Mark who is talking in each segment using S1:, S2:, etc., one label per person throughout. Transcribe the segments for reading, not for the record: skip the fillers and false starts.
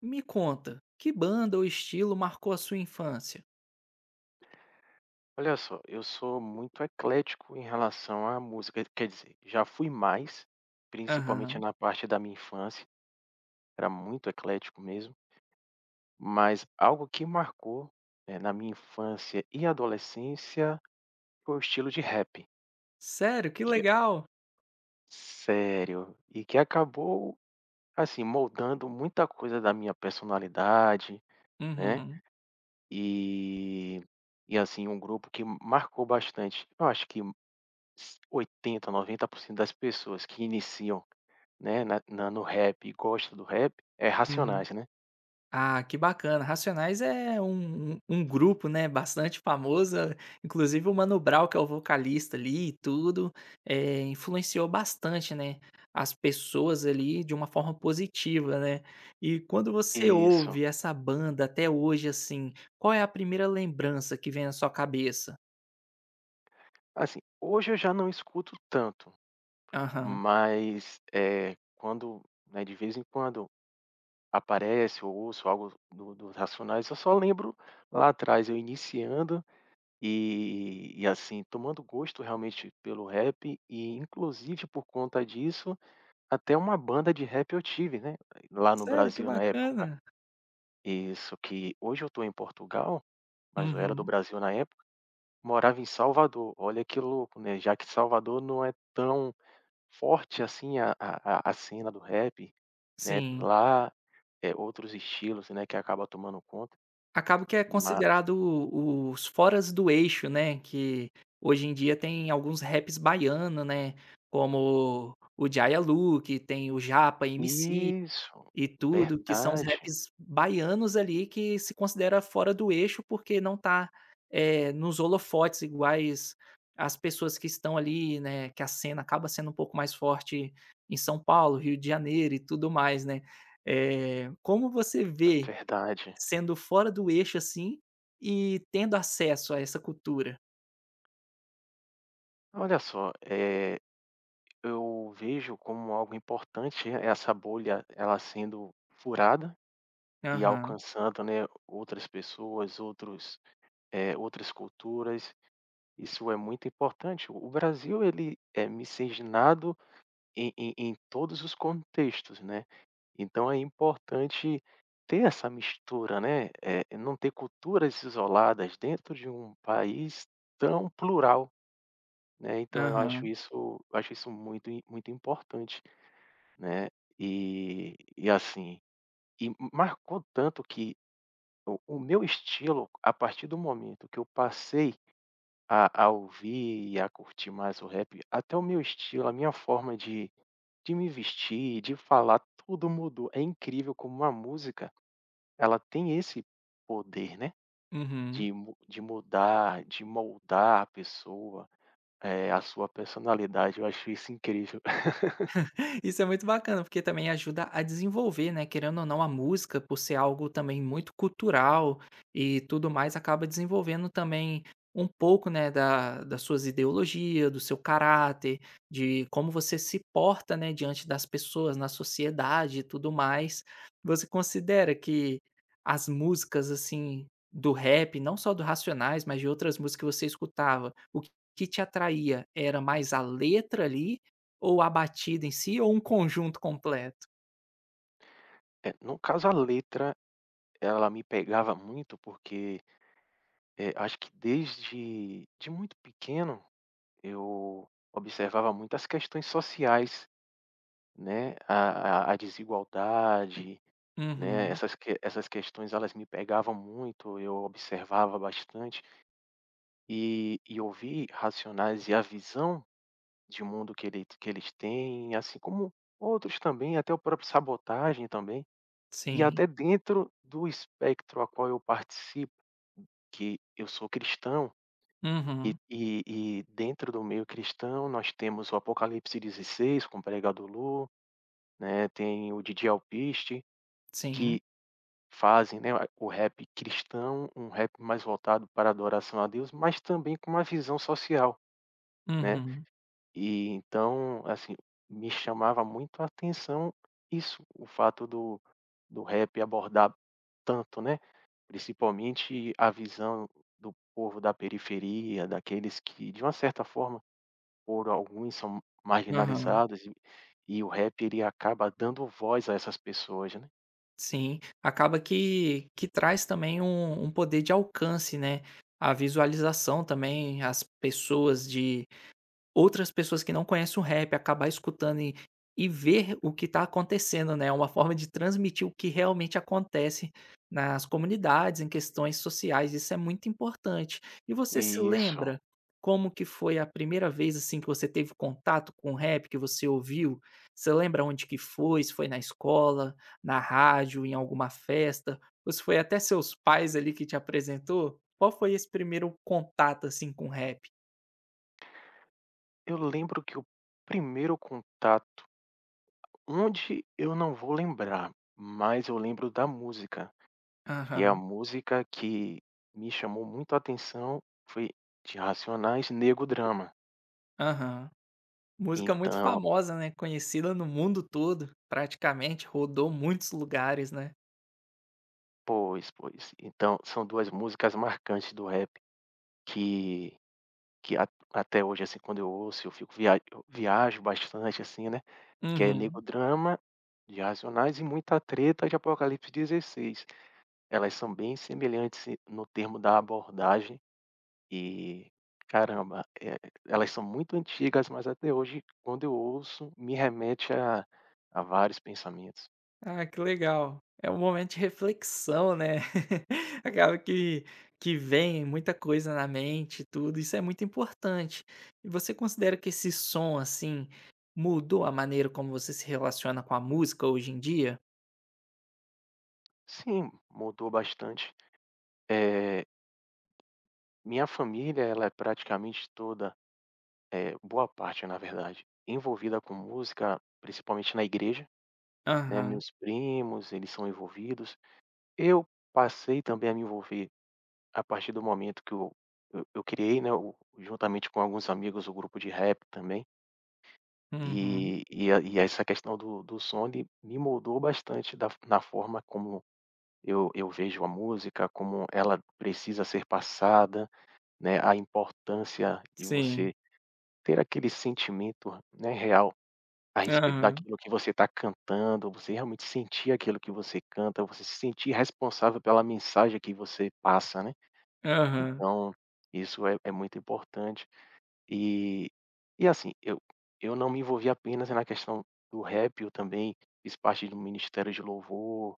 S1: Me conta, que banda ou estilo marcou a sua infância?
S2: Olha só, eu sou muito eclético em relação à música, quer dizer, já fui mais, principalmente
S1: Aham.
S2: na parte da minha infância, era muito eclético mesmo, mas algo que marcou, na minha infância e adolescência foi o estilo de rap,
S1: Sério? Que
S2: que é
S1: legal!
S2: sério, e que acabou, assim, moldando muita coisa da minha personalidade, né,
S1: Uhum,
S2: e e assim, um grupo que marcou bastante. Eu acho que S 80, 90% das pessoas que iniciam, né, na na no rap e gosta do rap, é
S1: uhum.
S2: Racionais, né.
S1: Ah, que bacana. Racionais é um grupo, né, bastante famoso, inclusive o Mano Brown, que é o vocalista ali e tudo, influenciou bastante, né, as pessoas ali de uma forma positiva, né. E quando você
S2: Isso.
S1: ouve essa banda até hoje, assim, qual é a primeira lembrança que vem na sua cabeça?
S2: Assim, hoje eu já não escuto tanto,
S1: Aham.
S2: mas, é quando, né, de vez em quando aparece ou ouço algo do dos Racionais, eu só lembro lá atrás eu iniciando e assim, tomando gosto realmente pelo rap e inclusive por conta disso, até uma banda de rap eu tive, né, lá no
S1: Sério? Que
S2: Brasil na época.
S1: bacana!
S2: Isso, que hoje eu estou em Portugal, mas eu era do
S1: Uhum,
S2: Brasil na época, morava em Salvador. Olha que louco, né, já que Salvador não é tão forte assim a cena do rap, né,
S1: sim.
S2: lá é outros estilos, né, que acaba tomando conta.
S1: Acaba que é
S2: Mas
S1: considerado o os foras do eixo, né, que hoje em dia tem alguns raps baiano, né, como o Djaia Luke, tem o Japa MC
S2: Isso,
S1: e tudo, que são os
S2: verdade,
S1: raps baianos ali que se considera fora do eixo, porque não tá, nos holofotes iguais as pessoas que estão ali, né, que a cena acaba sendo um pouco mais forte em São Paulo, Rio de Janeiro e tudo mais, né. Como você vê
S2: verdade.
S1: sendo fora do eixo, assim, e tendo acesso a essa cultura.
S2: Olha só, eu vejo como algo importante e essa bolha, ela sendo furada e
S1: Aham,
S2: alcançando, né, outras pessoas, outras culturas, isso é muito importante. O Brasil, ele é miscigenado em todos os contextos, né, então é importante ter essa mistura, né, não ter culturas isoladas dentro de um país tão plural, né, então eu acho
S1: aham,
S2: isso eu acho isso muito importante, né, e assim, e marcou tanto que o meu estilo, a partir do momento que eu passei a ouvir e a curtir mais o rap, até o meu estilo, a minha forma de me vestir, de falar, tudo mudou. É incrível como uma música, ela tem esse poder, né,
S1: uhum.
S2: de mudar, de moldar a pessoa, a sua personalidade, eu acho isso incrível.
S1: Isso é muito bacana, porque também ajuda a desenvolver, né, querendo ou não, a música, por ser algo também muito cultural e tudo mais, acaba desenvolvendo também um pouco, né, das suas ideologias, do seu caráter, de como você se porta, né, diante das pessoas, na sociedade e tudo mais. Você considera que as músicas, assim, do rap, não só do Racionais, mas de outras músicas que você escutava, o que te atraía era mais a letra ali ou a batida em si ou um conjunto completo?
S2: No caso a letra, ela me pegava muito porque, acho que desde de muito pequeno eu observava muito as questões sociais, né, a desigualdade, né,
S1: Uhum,
S2: essas questões, elas me pegavam muito, eu observava bastante e ouvi Racionais e a visão de mundo que eles têm, assim como outros também, até o próprio Sabotagem também, e
S1: sim.
S2: até dentro do espectro a qual eu participo, que eu sou cristão, e
S1: Uhum,
S2: e e dentro do meio cristão nós temos o Apocalipse 16 com o Pregador Lu, né, tem o Didi Alpiste,
S1: sim.
S2: que fazem, né, o rap cristão, um rap mais voltado para a adoração a Deus, mas também com uma visão social, né.
S1: Uhum.
S2: E então, assim, me chamava muito a atenção isso, o fato do rap abordar tanto, né, principalmente a visão do povo da periferia, daqueles que, de uma certa forma, por alguns são
S1: Aham.
S2: marginalizados, e o rap, ele acaba dando voz a essas pessoas, né.
S1: Sim. Acaba que traz também um poder de alcance, né, a visualização também, as pessoas de outras pessoas que não conhecem o rap acabar escutando e ver o que está acontecendo, né, é uma forma de transmitir o que realmente acontece nas comunidades, em questões sociais, isso é muito importante. E você se
S2: Isso.
S1: lembra como que foi a primeira vez, assim, que você teve contato com o rap, que você ouviu? Você lembra onde que foi? Se foi na escola, na rádio, em alguma festa, ou se foi até seus pais ali que te apresentou? Qual foi esse primeiro contato, assim, com o rap?
S2: Eu lembro que o primeiro contato, onde eu não vou lembrar, mas eu lembro da música. E é a
S1: Aham,
S2: música que me chamou muito a atenção, foi de Racionais, Nego Drama.
S1: aham. Música muito
S2: Então
S1: famosa, né, conhecida no mundo todo, praticamente, rodou muitos lugares, né.
S2: pois. Então são 2 músicas marcantes do rap que que a até hoje, assim, quando eu ouço, eu viajo bastante, assim, né, que é
S1: Uhum.
S2: Nego Drama, de Racionais, e Muita Treta, de Apocalipse 16. Elas são bem semelhantes e no termo da abordagem e, caramba, elas são muito antigas, mas até hoje, quando eu ouço, me remete a vários pensamentos.
S1: Ah, que legal. É um momento de reflexão, né. Acaba que vem muita coisa na mente tudo, isso é muito importante. E você considera que esse som, assim, mudou a maneira como você se relaciona com a música hoje em dia?
S2: Sim, mudou bastante. Eh, Minha família, ela é praticamente toda, boa parte, na verdade, envolvida com música, principalmente na igreja, né,
S1: Aham.
S2: meus primos, eles são envolvidos. Eu passei também a me envolver a partir do momento que eu criei, né, o juntamente com alguns amigos, o grupo de rap também,
S1: Uhum.
S2: e essa questão do som, ele me moldou bastante da na forma como eu vejo a música, como ela precisa ser passada, né, a importância de
S1: Sim.
S2: você ter aquele sentimento, né, real a respeito
S1: Aham.
S2: daquilo que você está cantando, você realmente sentir aquilo que você canta, você se sentir responsável pela mensagem que você passa, né.
S1: Aham.
S2: Então, isso é muito importante. E e assim, eu não me envolvi apenas na questão do rap, eu também fiz parte do ministério de louvor,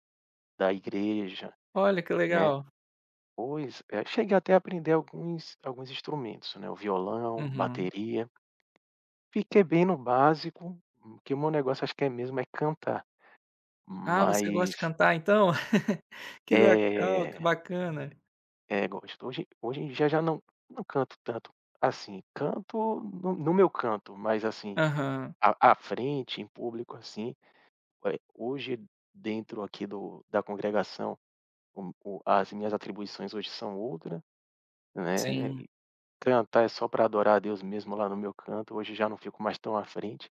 S2: da igreja,
S1: Olha, que
S2: né.
S1: legal.
S2: Pois é, cheguei até a aprender alguns instrumentos, né, o violão,
S1: Uhum.
S2: bateria. Fiquei bem no básico, que o meu negócio, acho que é mesmo é cantar,
S1: Ah, você gosta
S2: mas
S1: de cantar então? Que legal, que
S2: é
S1: bacana.
S2: é gosto. Hoje em dia já não canto tanto, assim, canto no meu canto, mas assim,
S1: Aham,
S2: à frente, em público, assim, hoje dentro aqui do da congregação, o as minhas atribuições hoje são outra, né,
S1: sim.
S2: e cantar é só para adorar a Deus mesmo lá no meu canto, hoje já não fico mais tão à frente,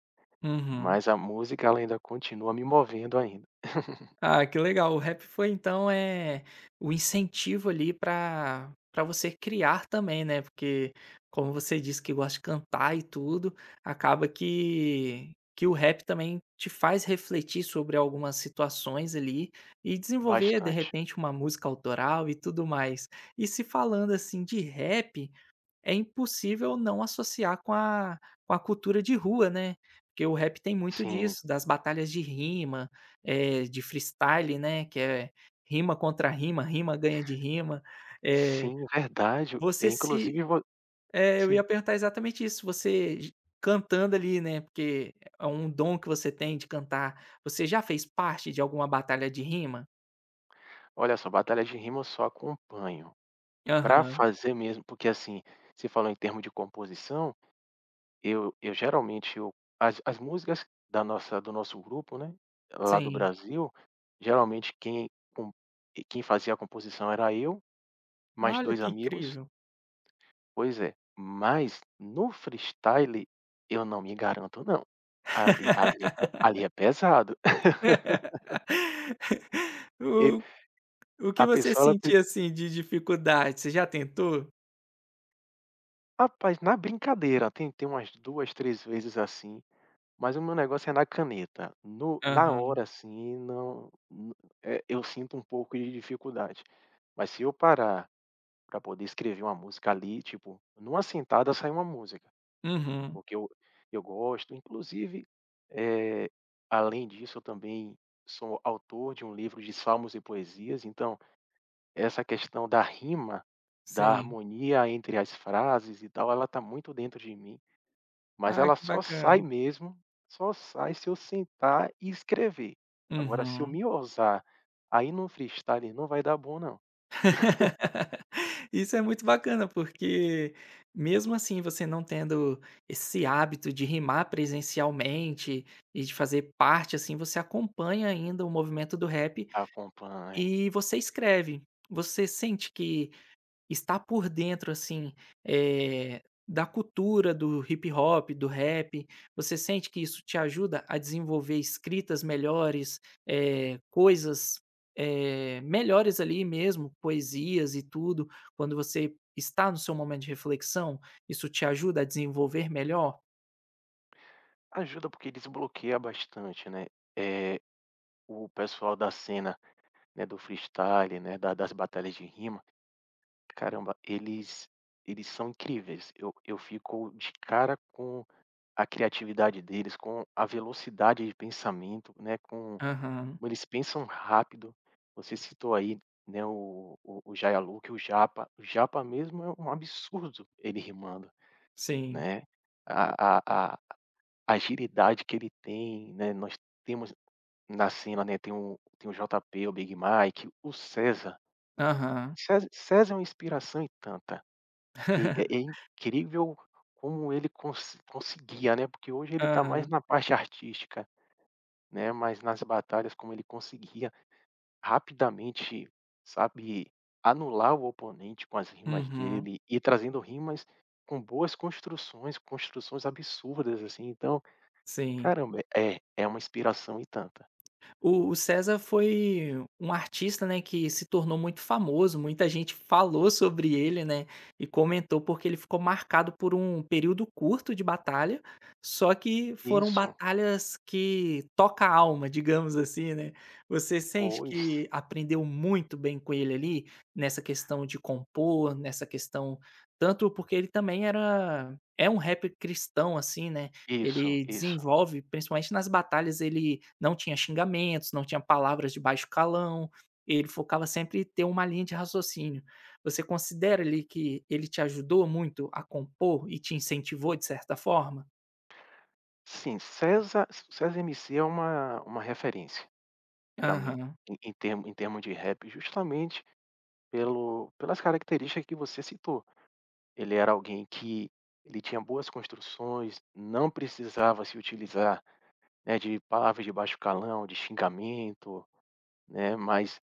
S1: Uhum.
S2: mas a música, ela ainda continua me movendo ainda.
S1: Ah, que legal. O rap foi então, é o incentivo ali para você criar também, né, porque como você disse que gosta de cantar e tudo, acaba que o rap também te faz refletir sobre algumas situações ali e desenvolver, de
S2: Bastante.
S1: repente, uma música autoral e tudo mais. E se falando, assim, de rap é impossível não associar com a cultura de rua, né. Porque o rap tem muito
S2: Sim,
S1: disso, das batalhas de rima, de freestyle, né, que é rima contra rima, rima ganha de rima. Eh,
S2: sim, verdade. E
S1: você se
S2: inclusive vo
S1: é, eu
S2: sim,
S1: ia perguntar exatamente isso, você j cantando ali, né, porque é um dom que você tem de cantar, você já fez parte de alguma batalha de rima?
S2: olha só, batalha de rima eu só acompanho. Pra
S1: Aham,
S2: fazer mesmo, porque, assim, você falou em termo de composição, eu geralmente eu as as músicas da nossa do nosso grupo, né, lá do
S1: sim.
S2: Brasil, geralmente com quem fazia a composição era eu, mais
S1: Olha
S2: 2
S1: que
S2: amigos.
S1: incrível.
S2: Pois é. Mas no freestyle eu não me garanto não. Ali é pesado. E
S1: O O que
S2: a
S1: você
S2: pessoa ela
S1: sentia, assim, de dificuldade? Você já tentou?
S2: Rapaz, na brincadeira, tentei umas 2 3 vezes assim, mas o meu negócio é na caneta. No na
S1: Aham.
S2: hora, assim, não, eu sinto um pouco de dificuldade. Mas se eu parar para poder escrever uma música ali, tipo, numa sentada sai uma música,
S1: Uhum.
S2: porque eu gosto. Inclusive, eh, além disso, eu também sou autor de um livro de salmos e poesias, então essa questão da rima, da
S1: Sim.
S2: harmonia entre as frases e tal, ela está muito dentro de mim. Mas
S1: Ah,
S2: ela
S1: que
S2: só sai
S1: bacana.
S2: mesmo, só sai se eu sentar e escrever. Agora se eu
S1: Uhum.
S2: me ousar aí no freestyle, não vai dar bom não.
S1: Isso é muito bacana, porque mesmo assim você não tendo esse hábito de rimar presencialmente e de fazer parte, assim, você acompanha ainda o movimento do rap
S2: Acompanho.
S1: e você escreve. Você sente que estar por dentro, assim, da cultura do hip hop, do rap, você sente que isso te ajuda a desenvolver escritas melhores, coisas, melhores ali mesmo, poesias e tudo, quando você está no seu momento de reflexão, isso te ajuda a desenvolver melhor?
S2: Ajuda porque desbloqueia bastante, né. É o pessoal da cena, né, do freestyle, né, da das batalhas de rima, caramba, eles são incríveis. Eu fico de cara com a criatividade deles, com a velocidade de pensamento, né, com
S1: Aham,
S2: Como eles pensam rápido. Você citou aí, né, o Jayaluque, o Japa. O Japa mesmo é um absurdo ele rimando,
S1: sim.
S2: né. A a a agilidade que ele tem, né, nós temos na cena, né, tem o JP, o Big Mike, o César.
S1: Aham,
S2: César, César é uma inspiração e tanta, que é incrível como ele conseguia, né, porque hoje ele está mais
S1: aham,
S2: na parte artística, né, mas nas batalhas, como ele conseguia rapidamente, sabe, anular o oponente com as rimas
S1: uhum,
S2: dele e trazendo rimas com boas construções, construções absurdas, assim, então,
S1: sim.
S2: caramba, é uma inspiração e tanta.
S1: O César foi um artista, né, que se tornou muito famoso, muita gente falou sobre ele, né, e comentou porque ele ficou marcado por um período curto de batalha, só que foram
S2: Isso,
S1: batalhas que toca a alma, digamos assim, né. Você sente
S2: pois,
S1: que aprendeu muito bem com ele ali, nessa questão de compor, nessa questão tanto porque ele também era é um rap cristão, assim, né,
S2: isso,
S1: ele
S2: isso.
S1: desenvolve, principalmente nas batalhas, ele não tinha xingamentos, não tinha palavras de baixo calão, ele focava sempre em ter uma linha de raciocínio. Você considera ali que ele te ajudou muito a compor e te incentivou de certa forma?
S2: Sim, César, César M C é uma referência para mim,
S1: Aham.
S2: em termo em termo de rap, justamente pelo pelas características que você citou. Ele era alguém que ele tinha boas construções, não precisava se utilizar, né, de palavras de baixo calão, de xingamento, né, mas,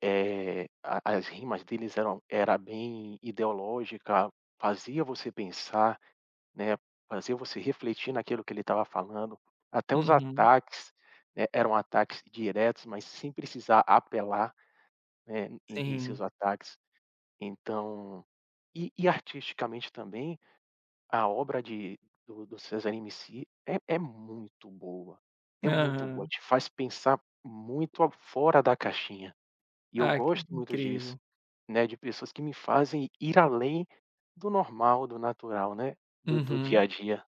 S2: a as rimas deles era bem ideológica, fazia você pensar, né, fazia você refletir naquilo que ele estava falando. Até os
S1: Uhum.
S2: ataques, né, eram ataques diretos, mas sem precisar apelar, né, em seus
S1: Sim.
S2: ataques. Então e artisticamente também a obra de do do César M C é muito boa, é muito boa,
S1: Aham.
S2: te faz pensar muito a fora da caixinha, e eu
S1: Ah, que
S2: gosto muito disso,
S1: incrível.
S2: né, de pessoas que me fazem ir além do normal, do natural, né, do dia
S1: Uhum.
S2: a dia.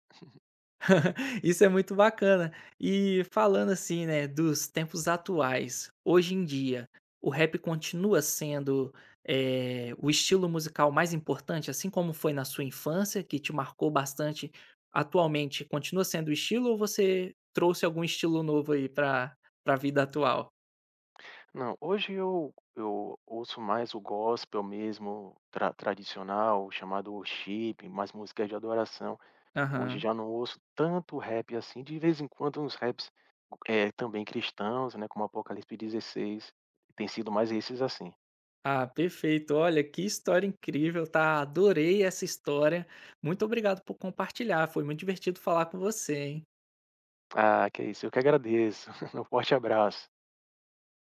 S1: Isso é muito bacana. E falando assim, né, dos tempos atuais, hoje em dia, o rap continua sendo, o estilo musical mais importante, assim como foi na sua infância, que te marcou bastante, atualmente continua sendo o estilo ou você trouxe algum estilo novo aí pra vida atual?
S2: Não, hoje eu ouço mais o gospel mesmo tradicional, chamado worship, mais músicas de adoração. Hoje
S1: Aham.
S2: já não ouço tanto rap assim, de vez em quando uns raps, também cristãos, né, como Apocalipse 16, tem sido mais esses assim.
S1: Ah, perfeito. Olha, que história incrível, tá? Adorei essa história. Muito obrigado por compartilhar, foi muito divertido falar com você, hein.
S2: Ah, que é isso, eu que agradeço. Um forte abraço.